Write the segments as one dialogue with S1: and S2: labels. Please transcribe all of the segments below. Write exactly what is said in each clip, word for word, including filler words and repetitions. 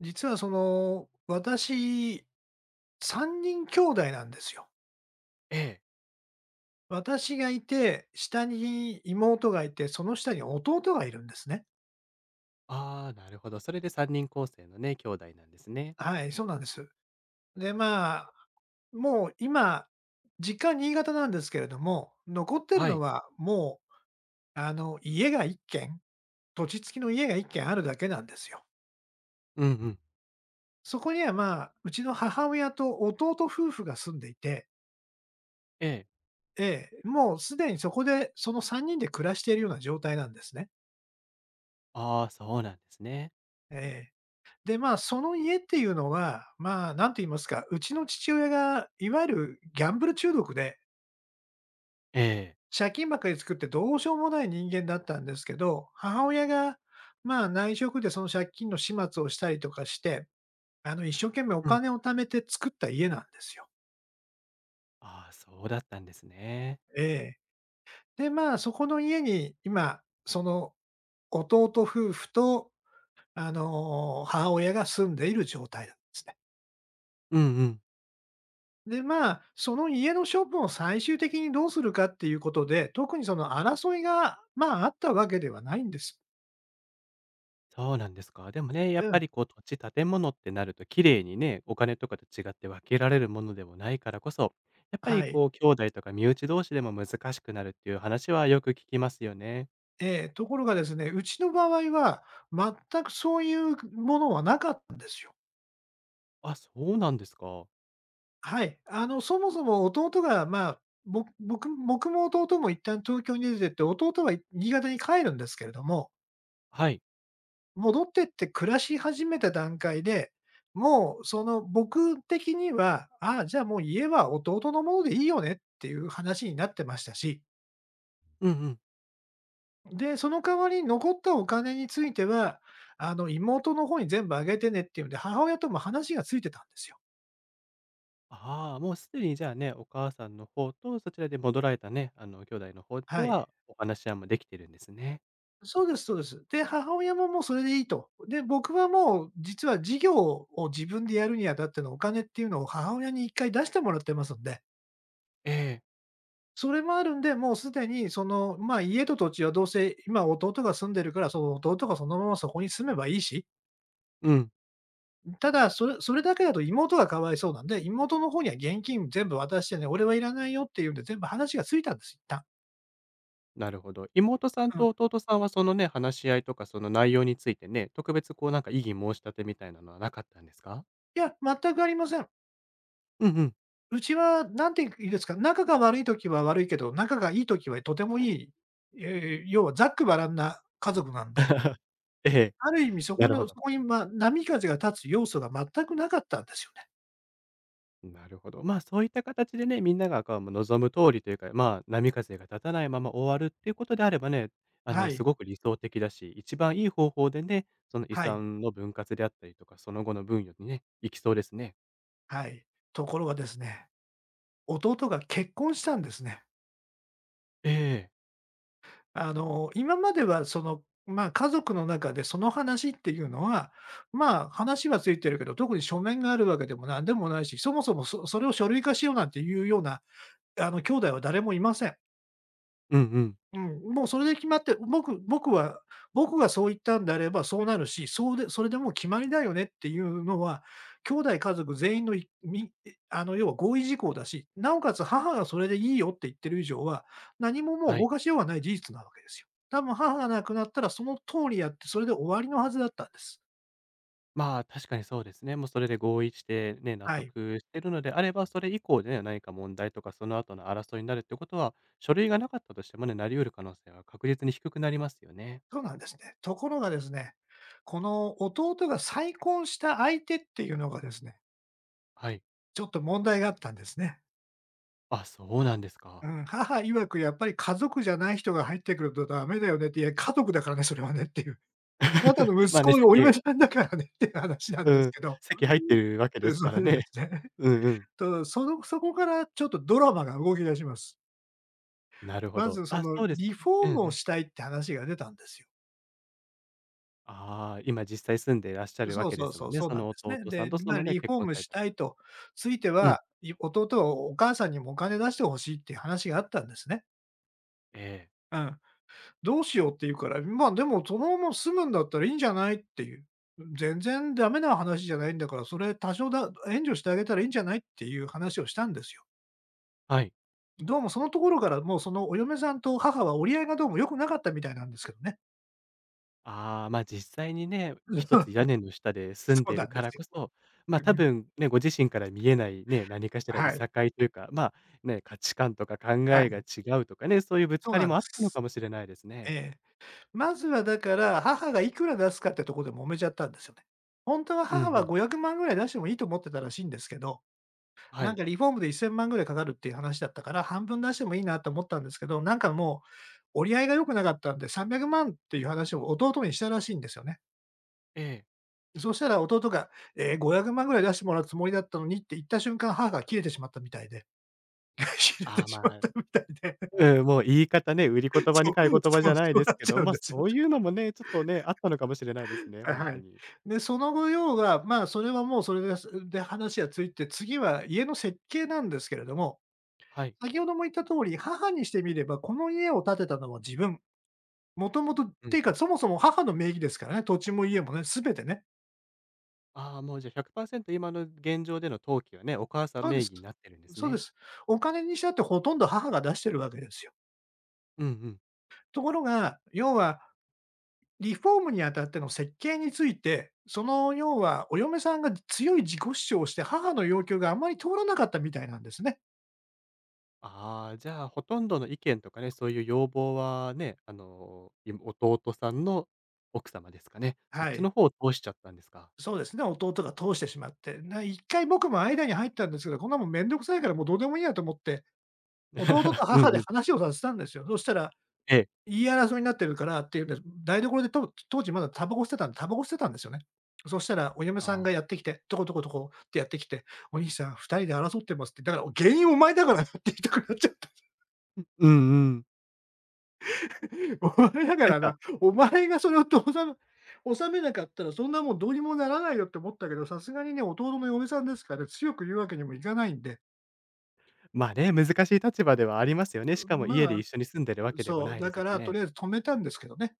S1: 実はその、私、さんにん兄弟なんですよ。
S2: ええ。
S1: 私がいて、下に妹がいて、その下に弟がいるんですね。
S2: ああ、なるほど。それでさんにん構成のね、兄弟なんですね。
S1: はい、そうなんです。で、まあ、もう今、実家新潟なんですけれども、残ってる
S2: は
S1: の
S2: い。
S1: はもう、あの、家がいっけん軒、土地付きの家がいっけん軒あるだけなんですよ。
S2: うんうん。
S1: そこには、まあ、うちの母親と弟夫婦が住んでいて、
S2: ええ。
S1: ええ、もうすでにそこで、そのさんにんで暮らしているような状態なんですね。
S2: ああ、そうなんですね。
S1: ええ。で、まあ、その家っていうのは、まあ、なんと言いますか、うちの父親がいわゆるギャンブル中毒で、
S2: ええ。
S1: 借金ばっかり作ってどうしようもない人間だったんですけど、母親が、まあ、内職でその借金の始末をしたりとかして、あの、一生懸命お
S2: うん。
S1: 金を貯めて作った家なんですよ。
S2: ああ、そうだったんですね。
S1: ええ。で、まあ、そこの家に今、その弟夫婦と、あの、母親が住んでいる状態なんですね。
S2: うんうん。
S1: で、まあ、その家の処分を最終的にどうするかっていうことで、特にその争いが、まあ、あったわけではないんです。
S2: そうなんですか。でもね、やっ
S1: う
S2: ぱ
S1: ん、
S2: りこう土地、建物ってなると綺麗にね、お金とかと違って分けられるものでもないからこそ、やっぱり
S1: はい。
S2: こう兄弟とか身内同士でも難しくなるっていう話はよく聞きますよね。
S1: ええ、ところがですね、うちの場合は全くそういうものはなかったんですよ。
S2: あ、そうなんですか。
S1: はい。あの、そもそも弟が、まあ、ぼ僕僕も弟も一旦東京に出てって、弟は新潟に帰るんですけれども
S2: はい。
S1: 戻ってって暮らし始めた段階で、もうその僕的には、ああ、じゃあもう家は弟のものでいいよねっていう話になってましたし、
S2: うんうん。
S1: で、その代わりに残ったお金については、あの妹の方に全部あげてねっていうんで、母親とも話がついてたんですよ。
S2: ああ、もうすでにじゃあね、お母さんの方とそちらで戻られたね、あの兄弟の方と
S1: はい。
S2: はお話し合いもできてるんですね。
S1: そうですそうです。で、母親ももうそれでいいと。で、僕はもう実は事業を自分でやるにあたってのお金っていうのを母親に一回出してもらってますんで
S2: ええ。
S1: それもあるんで、もうすでにその、まあ、家と土地はどうせ今弟が住んでるから、その弟がそのままそこに住めばいいし、
S2: うん、
S1: ただ、それそれだけだと妹がかわいそうなんで、妹の方には現金全部渡してね、俺はいらないよっていうんで、全部話がついたんです、一旦。
S2: なるほど。妹さん
S1: うん。
S2: と弟さんはそのね、話し合いとかその内容についてね、特別こうなんか異議申し立てみたいなのはなかったんですか？
S1: いや、全くありません。
S2: うんうん。
S1: うちは何て言うんですか、仲が悪い時は悪いけど、仲がいい時はとてもいい、ええ、要はざっくばらんな家族なんで、
S2: ええ、
S1: ある意味そ
S2: な
S1: こ
S2: るほ
S1: のそ
S2: ど。
S1: こに、まあ、波風が立つ要素が全くなかったんですよね。
S2: なるほど。まあ、そういった形でね、みんながこう望む通りというか、まあ、波風が立たないまま終わるっていうことであればね、あ
S1: は
S2: の、す
S1: い。
S2: ごく理想的だし、一番いい方法でね、その遺
S1: はい。
S2: 産の分割であったりとか、その後の分与にね、行きそうですね。
S1: はい。ところがですね、弟が結婚したんですね。
S2: ええ。
S1: あの、今まではその、まあ、家族の中でその話っていうのは、まあ、話はついてるけど、特に書面があるわけでも何でもないし、そもそもそそれを書類化しようなんていうような、あの、兄弟は誰もいません。
S2: うんうん。
S1: うん、もうそれで決まって、僕僕は僕がそう言ったんであればそうなるし、そうでそれでもう決まりだよねっていうのは、兄弟家族全員のいみあの、要は合意事項だし、なおかつ母がそれでいいよって言ってる以上は、何ももう
S2: は
S1: 動
S2: い。
S1: かしようがない事実なわけですよ。多分母が亡くなったらその通りやって、それで終わりのはずだったんです。
S2: まあ、確かにそうですね。もうそれで合意してね、納
S1: はい、
S2: 得してるのであれば、それ以降でね、何か問題とか、その後の争いになるってことは、書類がなかったとしてもね、なり得る可能性は確実に低くなりますよね。
S1: そうなんですね。ところがですね、この弟が再婚した相手っていうのがですね、
S2: はい。
S1: ちょっと問題があったんですね。
S2: あ、そうなんです
S1: う
S2: か。
S1: ん、母曰くやっぱり「家族じゃない人が入ってくるとダメだよね」って、「いや、家族だからね、それはね」っていう。「あなたの
S2: ま
S1: 息
S2: あね、
S1: 子、のお嫁
S2: 席
S1: さんだからね」っていう話なん
S2: う
S1: です
S2: ん、
S1: けど。
S2: 席入ってるわけ
S1: う
S2: で
S1: ん、
S2: す
S1: そ
S2: か
S1: う
S2: ら
S1: で
S2: ね。
S1: すね。
S2: うんうん。
S1: と、そのそこからちょっとドラマが動き出します。
S2: なるほ
S1: ま
S2: ど。
S1: ずそ
S2: あ、
S1: の
S2: そうです
S1: リ
S2: ね。
S1: フォー
S2: うん
S1: ム
S2: う
S1: を
S2: ん。
S1: したいって話が出たんですよ。
S2: ああ、今実際住んでいらっしゃるわ
S1: そう
S2: けで
S1: そう
S2: す
S1: そ
S2: もん
S1: う、
S2: ね。
S1: そう
S2: そ
S1: なんで
S2: の
S1: す
S2: 弟
S1: ね。
S2: さん
S1: で、
S2: とそ
S1: まあ、
S2: のね、
S1: リフ
S2: 結
S1: ォー
S2: 婚
S1: ム
S2: され
S1: し
S2: た方
S1: たいと、
S2: と。
S1: ついて
S2: うん。
S1: は、い弟はお母さんにもお金出して欲しいっていう話があったんですね。
S2: ええ、
S1: うん。どうしようって言うから、ま、でもそのまま住むんだったらいいんじゃないっていう。全然ダメな話じゃないんだから、それ多少だ援助してあげたらいいんじゃないっていう話をしたんですよ。
S2: はい。
S1: どうもそのところから、もうそのお嫁さんと母は折り合いがどうも良くなかったみたいなんですけどね。
S2: ああ、ま、実際にね、一つ 屋根の下で住
S1: そ
S2: ん
S1: う
S2: でい
S1: な
S2: る
S1: んで
S2: から
S1: すよ。
S2: こそ、
S1: う
S2: ま、多
S1: ん。
S2: 分ね、ご自身から見えないね、何かしらい
S1: はい、
S2: さかいというか、まあ、ね、価値観とか考
S1: は
S2: えが
S1: い。
S2: 違うとかね、そういうぶつ
S1: そう
S2: かり
S1: なんで
S2: もあったのか
S1: す。
S2: もしれないです
S1: え
S2: ね。
S1: え。まずはだから、母がいくら出すかってとこで揉めちゃったんですよね。本当は
S2: うんう
S1: 母は
S2: ん。
S1: ごひゃくまんぐらい出してもいいと思ってたらしいんですけど
S2: は
S1: なん
S2: い。
S1: かリフォームでせんまんぐらいかかるっていう話だったから、半分出してもいいなと思ったんですけど、なんかもう折り合いが良くなかったんで、さんびゃくまんっていう話を弟にしたらしいんですよね。
S2: ええ。
S1: そしたら弟が、えごひゃくまんぐらい出してもらうつもりだったのにって言った瞬間、母が切れてしまったみたいで 切れ
S2: あ
S1: て
S2: あ、
S1: しま
S2: ま
S1: っ
S2: あ、
S1: たみたいで、そう、
S2: うん、もう言い方ね、売り言葉に
S1: そう、
S2: 買い言葉じゃない
S1: そう
S2: で
S1: な
S2: す
S1: っ
S2: け
S1: ちゃ
S2: ど、
S1: うん
S2: ま、あ
S1: ですよ。
S2: そういうのもね、ちょっとね、あったのかもしれないですね、ほん
S1: は
S2: と
S1: い。
S2: に。
S1: で、その後要は、まあ、それはもうそれで、で、話はついて、次は家の設計なんですけれども
S2: はい。
S1: 先ほども言った通り、母にしてみれば、この家を建てたのは自分。もともとっ
S2: う
S1: て
S2: ん
S1: いう
S2: う
S1: か、
S2: ん。
S1: そもそも母の名義ですからね、土地も家もね、すべてね。
S2: ああ、もうじゃひゃくパーセント今の現状での登記はね、お母さん
S1: そうで
S2: 名
S1: す。
S2: 義になってるんです
S1: そうで
S2: ね。
S1: す。お金にしたってほとんど母が出してるわけですよ。
S2: うんうん。
S1: ところが、要はリフォームにあたっての設計について、その要はお嫁さんが強い自己主張をして、母の要求があまり通らなかったみたいなんですね。
S2: ああ、じゃあ、ほとんどの意見とかね、そういう要望はね、あの、い弟さんの奥様ですかね。そっ
S1: は
S2: ち
S1: い。
S2: の方を通しちゃったんですか。
S1: そうですね、弟が通してしまって。な一回僕も間に入ったんですけど、こんなもんめんどくさいからもうどうでもいいやと思って弟と
S2: うん
S1: 母
S2: う
S1: で
S2: ん。
S1: 話をさせたんですよ。そしたら、
S2: ええ。
S1: 言い争いになってるからっていうんで、台所でと当時まだタバコ捨てたんでタバコ捨てたんですよね。そしたらお嫁
S2: あ
S1: さんがや
S2: あ。
S1: ってきて、トコトコトコってやってきて、「お兄さんふたりで争ってます」って、「だから原因お前だからな」って言いたくなっちゃった。
S2: うんうん。
S1: 「お前だか
S2: なん
S1: ら
S2: か、
S1: な、お前がそれをとおさむ収めなかったらそんなもんどうにもならないよ」って思ったけど、さすがにね、弟の嫁さんですから強く言うわけにもいかないんで、
S2: まあね、難しい立場ではありますよね。しかも家
S1: ま
S2: で
S1: あ、
S2: 一緒に住んでるわけでも
S1: そう、
S2: ない
S1: だ
S2: です
S1: か
S2: し
S1: らと
S2: ね。
S1: りあえず止めたんですけどね。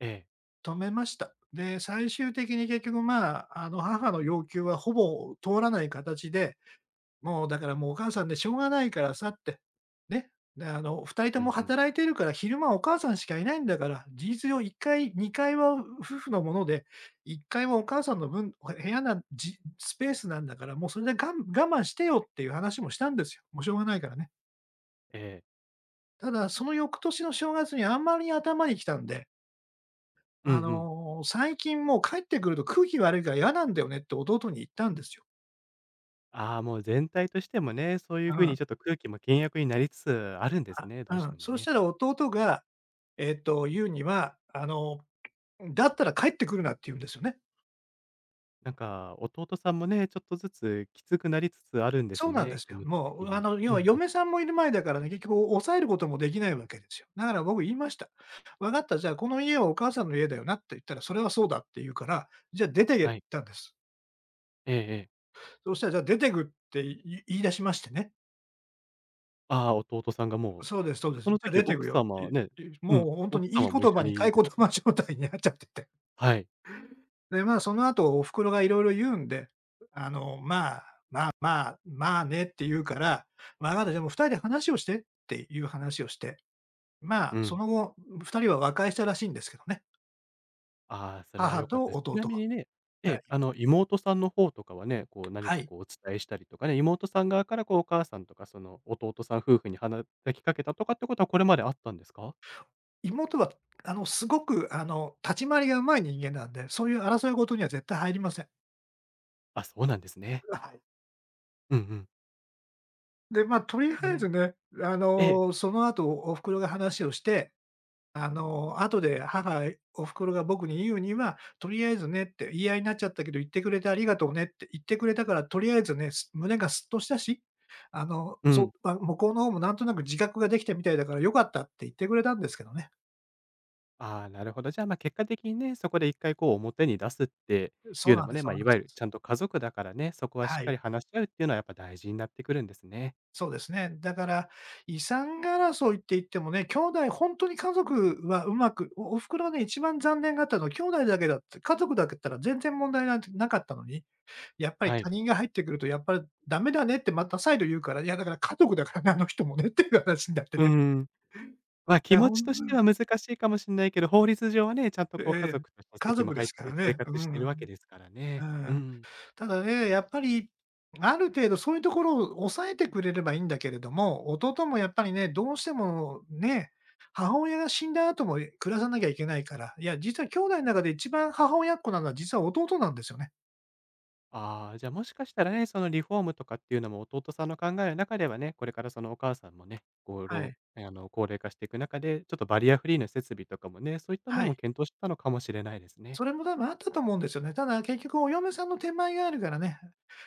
S2: ええ。
S1: 止めました。で、最終的に結局、まあ、あの、母の要求はほぼ通らない形で、もうだからもうお母さんでしょうがないからさって、ね。で、あの、ふたりと
S2: う
S1: も
S2: んうん。
S1: 働いてるから、昼間お母さんしかいないんだから、事実上いっかい、にかいは夫婦のもので、いっかいはお母さんの分、部屋なんじスペースなんだから、もうそれでがん我慢してよっていう話もしたんですよ。もうしょうがないからね。
S2: ええ。
S1: ただ、その翌年の正月にあんまり頭に来たんで
S2: うんう
S1: あ
S2: ん。
S1: の、最近もう帰ってくると空気悪いから嫌なんだよねって弟に言ったんですよ。
S2: ああ、もう全体としてもね、そういう
S1: う
S2: 風
S1: ん、
S2: にちょっと空気も険悪になりつつあるんですね、ど
S1: う
S2: うし
S1: ん。
S2: ても
S1: そし
S2: ね。
S1: たら弟が、えっと、言うには、あの、だったら帰ってくるなって言うんですよね。
S2: なんか弟さんもね、ちょっとずつきつくなりつつあるんで
S1: そ
S2: す
S1: うなんで
S2: ね、
S1: す
S2: 気
S1: よ。
S2: 持ち
S1: も
S2: 的
S1: う、あ
S2: に。
S1: の、要
S2: う
S1: は
S2: んうん。
S1: 嫁さんもいる前だからね、結局抑えることもできないわけですよ。だから僕言いました。「分かった、じゃあこの家はお母さんの家だよな」って言ったら、「それはそうだ」って言うから、「じゃあ出てけ」っ
S2: は
S1: て
S2: い。
S1: 言ったんです。
S2: ええ、ええ。
S1: そしたら、じゃあ出てくって言い言い出しましてね。
S2: ああ、弟さんがも
S1: そうです、そ
S2: う、
S1: うです。
S2: そ
S1: じ
S2: の
S1: ゃ、
S2: 時
S1: 出てく
S2: 奥
S1: よっ
S2: 様
S1: て
S2: はね。
S1: い、
S2: うん、
S1: もうほんと
S2: 奥
S1: にいい
S2: 様
S1: 言
S2: も一緒
S1: 葉に買い
S2: に。
S1: 言葉状態になっちゃってて。
S2: はい。
S1: で、まあ、その後お袋が色々言うんで、あの、まあ、まあまあ、まあねって言うから、わかった、でもふたりで話をしてっていう話をして、ま
S2: う
S1: あ、そ
S2: ん。
S1: の後、ふたりは和解したらしいんですけどね。
S2: ああ、それは
S1: 母
S2: 良かっ
S1: と
S2: たです。ち
S1: 弟
S2: なみ
S1: は。
S2: にね、え
S1: は
S2: え、
S1: い。
S2: あの、妹さんの方とかはね、こう何
S1: は
S2: か
S1: い。
S2: こうお伝えしたりとかね、妹さん側からこうお母さんとか、その弟さん夫婦に話きかけたとかってことはこれまであったんですか？
S1: 妹は、あの、すごく、あの、立ち回りが上手い人間なんで、そういう争い事には絶対入りません。
S2: あ、そうなんですね。
S1: はい。
S2: うんうん。
S1: で、ま、あとりあ
S2: でも
S1: え
S2: ね、
S1: ずね、あ
S2: ええ、
S1: の、その後お袋が話をして、あの、後で母お袋が僕に言うには、とりあえずねって言い合いになっちゃったけど、言ってくれてありがとうねって言ってくれたから、とりあえずね、す胸がすっとしたし、あの、
S2: う
S1: そ
S2: ん。
S1: う、まあ、向こうの方もなんとなく自覚ができたみたいだから良かったって言ってくれたんですけどね。
S2: ああ、なるほど。じゃあ、ま、あ結果的にね、そこで一回こう表に出すって
S1: そ
S2: い
S1: う
S2: うの
S1: なん
S2: も
S1: です、
S2: ね、
S1: そ
S2: ま、あ
S1: うなん
S2: い
S1: で
S2: わゆる
S1: す。
S2: ちゃんと家族だからね、そこはしっ
S1: は
S2: かり
S1: い。
S2: 話し合うっていうのはやっぱ大事になってくるんですね。
S1: そうですね。だから、遺産争いって言ってもね、兄弟本当に家族はうまく、おお袋はね、一番残念があったのは兄弟だけだって、家族だけだったら全然問題なんてなかったのに、やっぱり
S2: は
S1: 他
S2: い。
S1: 人が入ってくるとやっぱり「ダメだね」ってまた再度言うから、いやだから家族だからね、あの人もねっていう話になって
S2: うう
S1: ね。
S2: ん。ま、
S1: い
S2: 気
S1: や
S2: 持
S1: ほ
S2: ちとして
S1: ん、
S2: は難しいかもしれないけど、法律上はね、ちゃんと
S1: え
S2: こう家
S1: え、
S2: 族として
S1: 家
S2: 籍も
S1: 族で
S2: 入っ
S1: すか
S2: て
S1: ら
S2: 生
S1: ね。
S2: 活
S1: う
S2: して
S1: ん、
S2: るわけですから
S1: う
S2: ね。う
S1: ん。
S2: ん。
S1: ただね、やっぱり、ある程度そういうところを抑えてくれればいいんだけれども、弟もやっぱりね、どうしてもね、母親が死んだ後も暮らさなきゃいけないから、いや、実は兄弟の中で一番母親っ子なのは実は弟なんですよね。
S2: ああ、じゃあもしかしたらね、そのリフォームとかっていうのも弟さんの考えの中ではね、これからそのお母さんもね、こ
S1: は
S2: う、
S1: い。
S2: あの、高齢化していく中で、ちょっとバリアフリーの設備とかもね、そういったも
S1: は
S2: のも
S1: い。
S2: 検討してたのかもしれないですね。
S1: それも多分あったと思うんですよね。ただ結局お嫁さんの手前があるからね、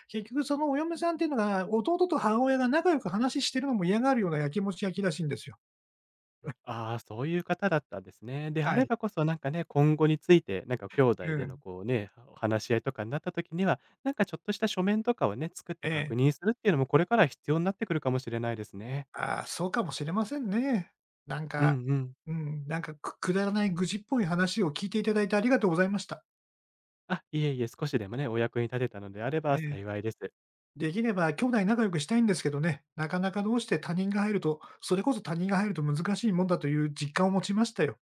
S1: 結局そのお嫁さんっていうのが、弟と母親が仲良く話してるのも嫌がるようなやきもち焼きらしいんですよ。
S2: ああ、そういう方だったんですね。であ
S1: は
S2: れ
S1: い。
S2: ばこそ、なんかね、今後について、なんか兄
S1: う
S2: 弟での
S1: ん。
S2: こうね、お話し合いとかになった時には、なんかちょっとした書面とかをね、作って
S1: え
S2: 確
S1: え。
S2: 認するっていうのも、これから必要になってくるかもしれないですね。
S1: ああ、そうかもしれませんね。なん
S2: う
S1: か、
S2: んうん。
S1: うん、なんか、くくだらない愚痴っぽい話を聞いていただいてありがとうございました。
S2: あ、いえいえ、少しでもね、お役に立てたのであれ
S1: え
S2: ば
S1: え。
S2: 幸いです。
S1: できれば兄弟仲良くしたいんですけどね、なかなかどうして他人が入ると、それこそ他人が入ると難しいもんだという実感を持ちましたよ。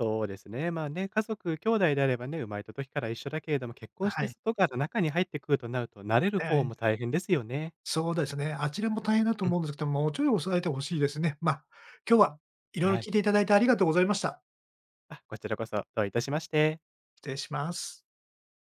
S2: そうですね。まあね、家族、兄弟であればね、生まれた時から一緒だけれども、結婚し
S1: は
S2: て
S1: い。
S2: 外から中に入ってくるとなると、慣れる
S1: え
S2: 方
S1: え、
S2: も大変ですよね。
S1: そうですね。あちらも大変だと
S2: う
S1: 思
S2: ん。
S1: うんですけど、もうちょい抑えてほしいですね。まあ、今日は色々
S2: は
S1: 聞
S2: い。
S1: いていただいてありがとうございました。
S2: あ、こちらこそ、どういたしまして。
S1: 失礼します。